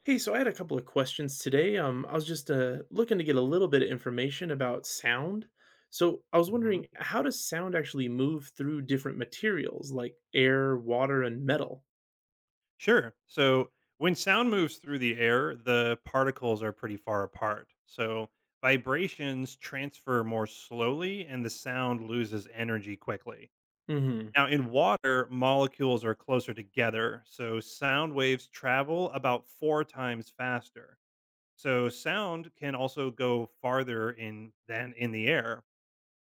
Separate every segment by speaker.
Speaker 1: Hey, so I had a couple of questions today. I was just looking to get a little bit of information about sound. So I was
Speaker 2: Hmm.
Speaker 1: wondering, how does sound actually move through different materials like air, water, and metal?
Speaker 2: Sure. So when sound moves through the air, the particles are pretty far apart. So vibrations transfer more slowly and the sound loses energy quickly.
Speaker 1: Hmm.
Speaker 2: Now, in water, molecules are closer together. So sound waves travel about four times faster. So sound can also go farther in than in the air.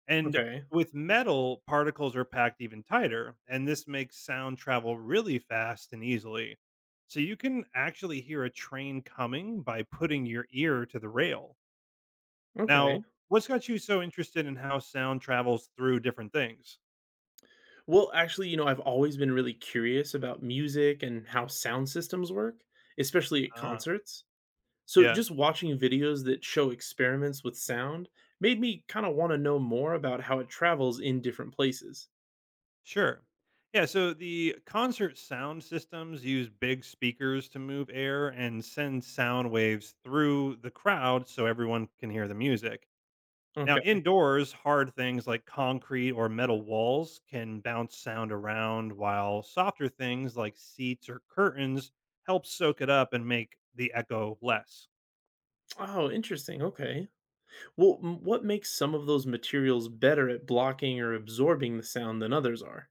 Speaker 2: And
Speaker 1: Okay.
Speaker 2: with metal, particles are packed even tighter, and this makes sound travel really fast and easily. So you can actually hear a train coming by putting your ear to the rail. Now,
Speaker 1: Okay.
Speaker 2: what's got you so interested in how sound travels through different things?
Speaker 1: Well, actually, I've always been really curious about music and how sound systems work, especially at
Speaker 2: Ah,
Speaker 1: concerts. So
Speaker 2: yeah,
Speaker 1: just watching videos that show experiments with sound made me kind of want to know more about how it travels in different places.
Speaker 2: sure. Yeah, so the concert sound systems use big speakers to move air and send sound waves through the crowd so everyone can hear the music. Now, indoors, hard things like concrete or metal walls can bounce sound around, while softer things like seats or curtains help soak it up and make the echo less.
Speaker 1: Oh, interesting. Okay. Well, what makes some of those materials better at blocking or absorbing the sound than others are?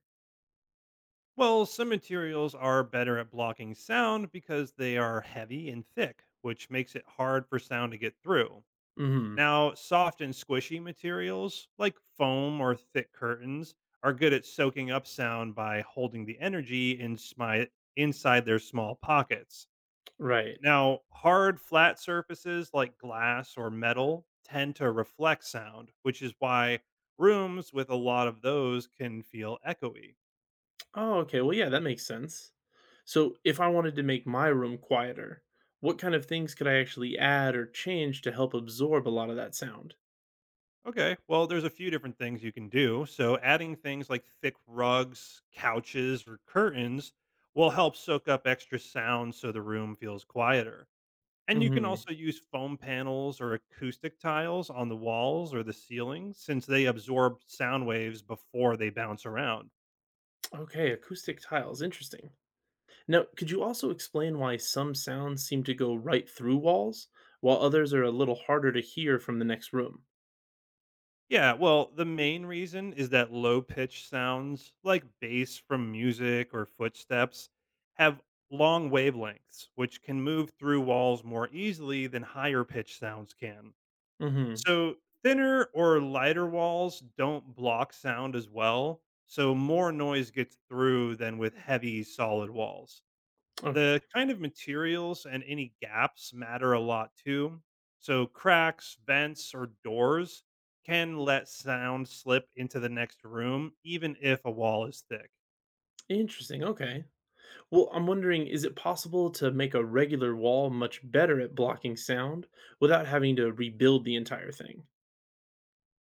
Speaker 2: Well, some materials are better at blocking sound because they are heavy and thick, which makes it hard for sound to get through.
Speaker 1: Hmm.
Speaker 2: Now, soft and squishy materials like foam or thick curtains are good at soaking up sound by holding the energy in inside their small pockets.
Speaker 1: Right.
Speaker 2: Now, hard, flat surfaces like glass or metal tend to reflect sound, which is why rooms with a lot of those can feel echoey.
Speaker 1: Oh, okay. Well, yeah, that makes sense. So, if I wanted to make my room quieter, what kind of things could I actually add or change to help absorb a lot of that sound?
Speaker 2: Okay, well, there's a few different things you can do. So, adding things like thick rugs, couches, or curtains will help soak up extra sound so the room feels quieter. And you can
Speaker 1: Hmm.
Speaker 2: also use foam panels or acoustic tiles on the walls or the ceiling since they absorb sound waves before they bounce around.
Speaker 1: Okay. Acoustic tiles. Interesting. Now, could you also explain why some sounds seem to go right through walls, while others are a little harder to hear from the next room?
Speaker 2: Yeah, well, the main reason is that low pitch sounds like bass from music or footsteps have long wavelengths, which can move through walls more easily than higher pitch sounds can.
Speaker 1: Hmm.
Speaker 2: So, thinner or lighter walls don't block sound as well, so more noise gets through than with heavy solid walls. The
Speaker 1: Okay.
Speaker 2: kind of materials and any gaps matter a lot too. So, cracks, vents, or doors can let sound slip into the next room, even if a wall is thick.
Speaker 1: Interesting. Okay. Well, I'm wondering, is it possible to make a regular wall much better at blocking sound without having to rebuild the entire thing?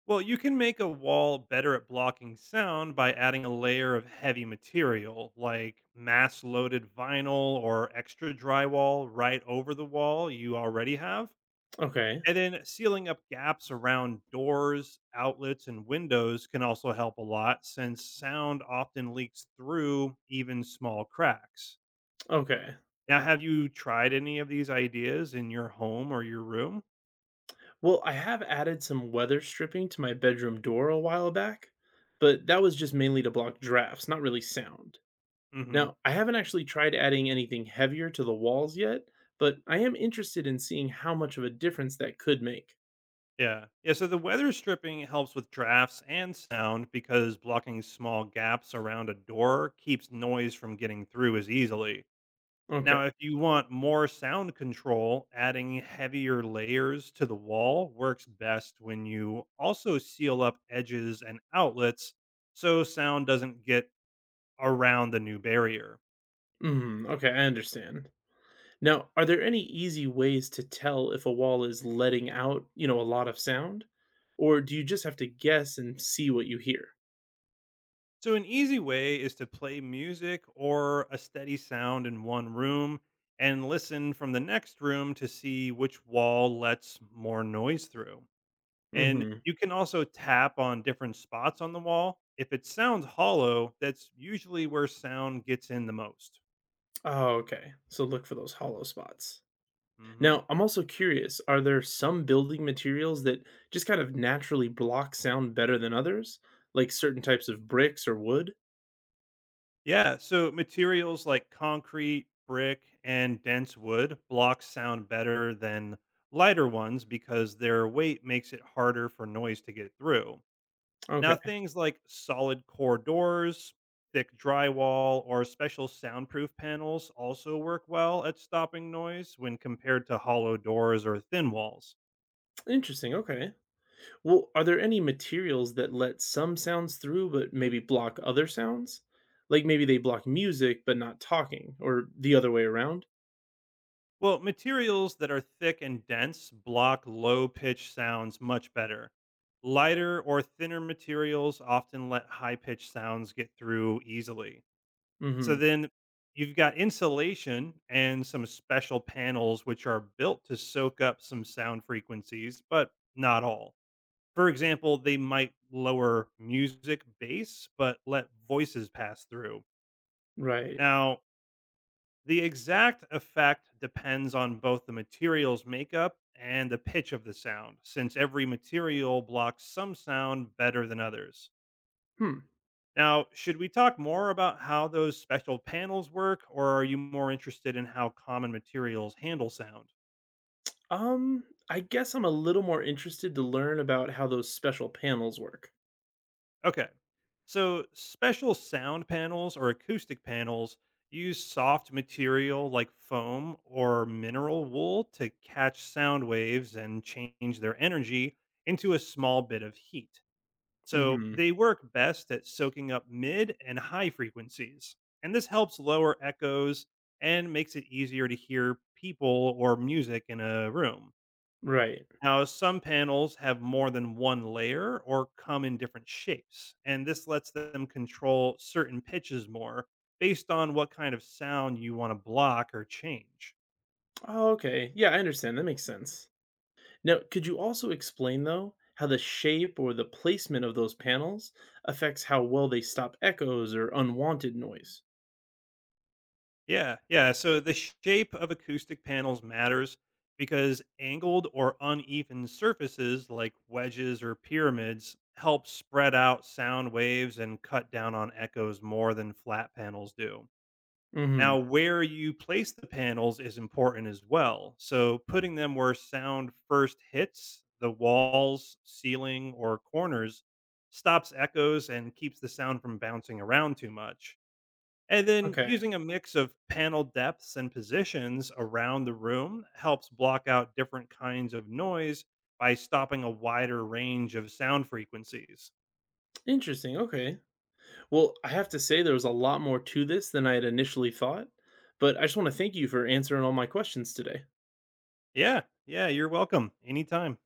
Speaker 2: Well, you can make a wall better at blocking sound by adding a layer of heavy material like mass loaded vinyl or extra drywall right over the wall you already have.
Speaker 1: Okay.
Speaker 2: And then sealing up gaps around doors, outlets, and windows can also help a lot since sound often leaks through even small cracks.
Speaker 1: Okay.
Speaker 2: Now, have you tried any of these ideas in your home or your room?
Speaker 1: Well, I have added some weather stripping to my bedroom door a while back, but that was just mainly to block drafts, not really sound.
Speaker 2: Hmm.
Speaker 1: Now, I haven't actually tried adding anything heavier to the walls yet, but I am interested in seeing how much of a difference that could make.
Speaker 2: Yeah. Yeah. So the weather stripping helps with drafts and sound because blocking small gaps around a door keeps noise from getting through as easily.
Speaker 1: Okay.
Speaker 2: Now, if you want more sound control, adding heavier layers to the wall works best when you also seal up edges and outlets so sound doesn't get around the new barrier.
Speaker 1: Mm, okay, I understand. Now, are there any easy ways to tell if a wall is letting out, a lot of sound? Or do you just have to guess and see what you hear?
Speaker 2: So, an easy way is to play music or a steady sound in one room and listen from the next room to see which wall lets more noise through. And
Speaker 1: Hmm.
Speaker 2: you can also tap on different spots on the wall. If it sounds hollow, that's usually where sound gets in the most.
Speaker 1: Oh, okay. So look for those hollow spots.
Speaker 2: Hmm.
Speaker 1: Now, I'm also curious, are there some building materials that just kind of naturally block sound better than others? Like certain types of bricks or wood?
Speaker 2: Yeah. So materials like concrete, brick, and dense wood block sound better than lighter ones because their weight makes it harder for noise to get through. Now,
Speaker 1: Okay.
Speaker 2: things like solid core doors, thick drywall, or special soundproof panels also work well at stopping noise when compared to hollow doors or thin walls.
Speaker 1: Interesting. Okay. Well, are there any materials that let some sounds through but maybe block other sounds? Like maybe they block music but not talking, or the other way around?
Speaker 2: Well, materials that are thick and dense block low pitched sounds much better. Lighter or thinner materials often let high pitched sounds get through easily. So
Speaker 1: Mhm.
Speaker 2: then you've got insulation and some special panels which are built to soak up some sound frequencies, but not all. For example, they might lower music bass but let voices pass through.
Speaker 1: Right.
Speaker 2: Now, the exact effect depends on both the material's makeup and the pitch of the sound, since every material blocks some sound better than others.
Speaker 1: Hmm.
Speaker 2: Now, should we talk more about how those special panels work, or are you more interested in how common materials handle sound?
Speaker 1: Um, I guess I'm a little more interested to learn about how those special panels work.
Speaker 2: Okay. So, special sound panels or acoustic panels use soft material like foam or mineral wool to catch sound waves and change their energy into a small bit of heat. So
Speaker 1: Mhm.
Speaker 2: they work best at soaking up mid and high frequencies. And this helps lower echoes and makes it easier to hear people or music in a room.
Speaker 1: Right.
Speaker 2: Now, some panels have more than one layer or come in different shapes. And this lets them control certain pitches more based on what kind of sound you want to block or change.
Speaker 1: Oh, okay. Yeah, I understand. That makes sense. Now, could you also explain though how the shape or the placement of those panels affects how well they stop echoes or unwanted noise?
Speaker 2: Yeah, yeah. So the shape of acoustic panels matters because angled or uneven surfaces like wedges or pyramids help spread out sound waves and cut down on echoes more than flat panels do.
Speaker 1: Mhm.
Speaker 2: Now, where you place the panels is important as well. So putting them where sound first hits the walls, ceiling, or corners stops echoes and keeps the sound from bouncing around too much. And then
Speaker 1: Okay.
Speaker 2: using a mix of panel depths and positions around the room helps block out different kinds of noise by stopping a wider range of sound frequencies.
Speaker 1: Interesting, okay. Well, I have to say there was a lot more to this than I had initially thought, but I just want to thank you for answering all my questions today.
Speaker 2: Yeah, yeah, you're welcome. Anytime.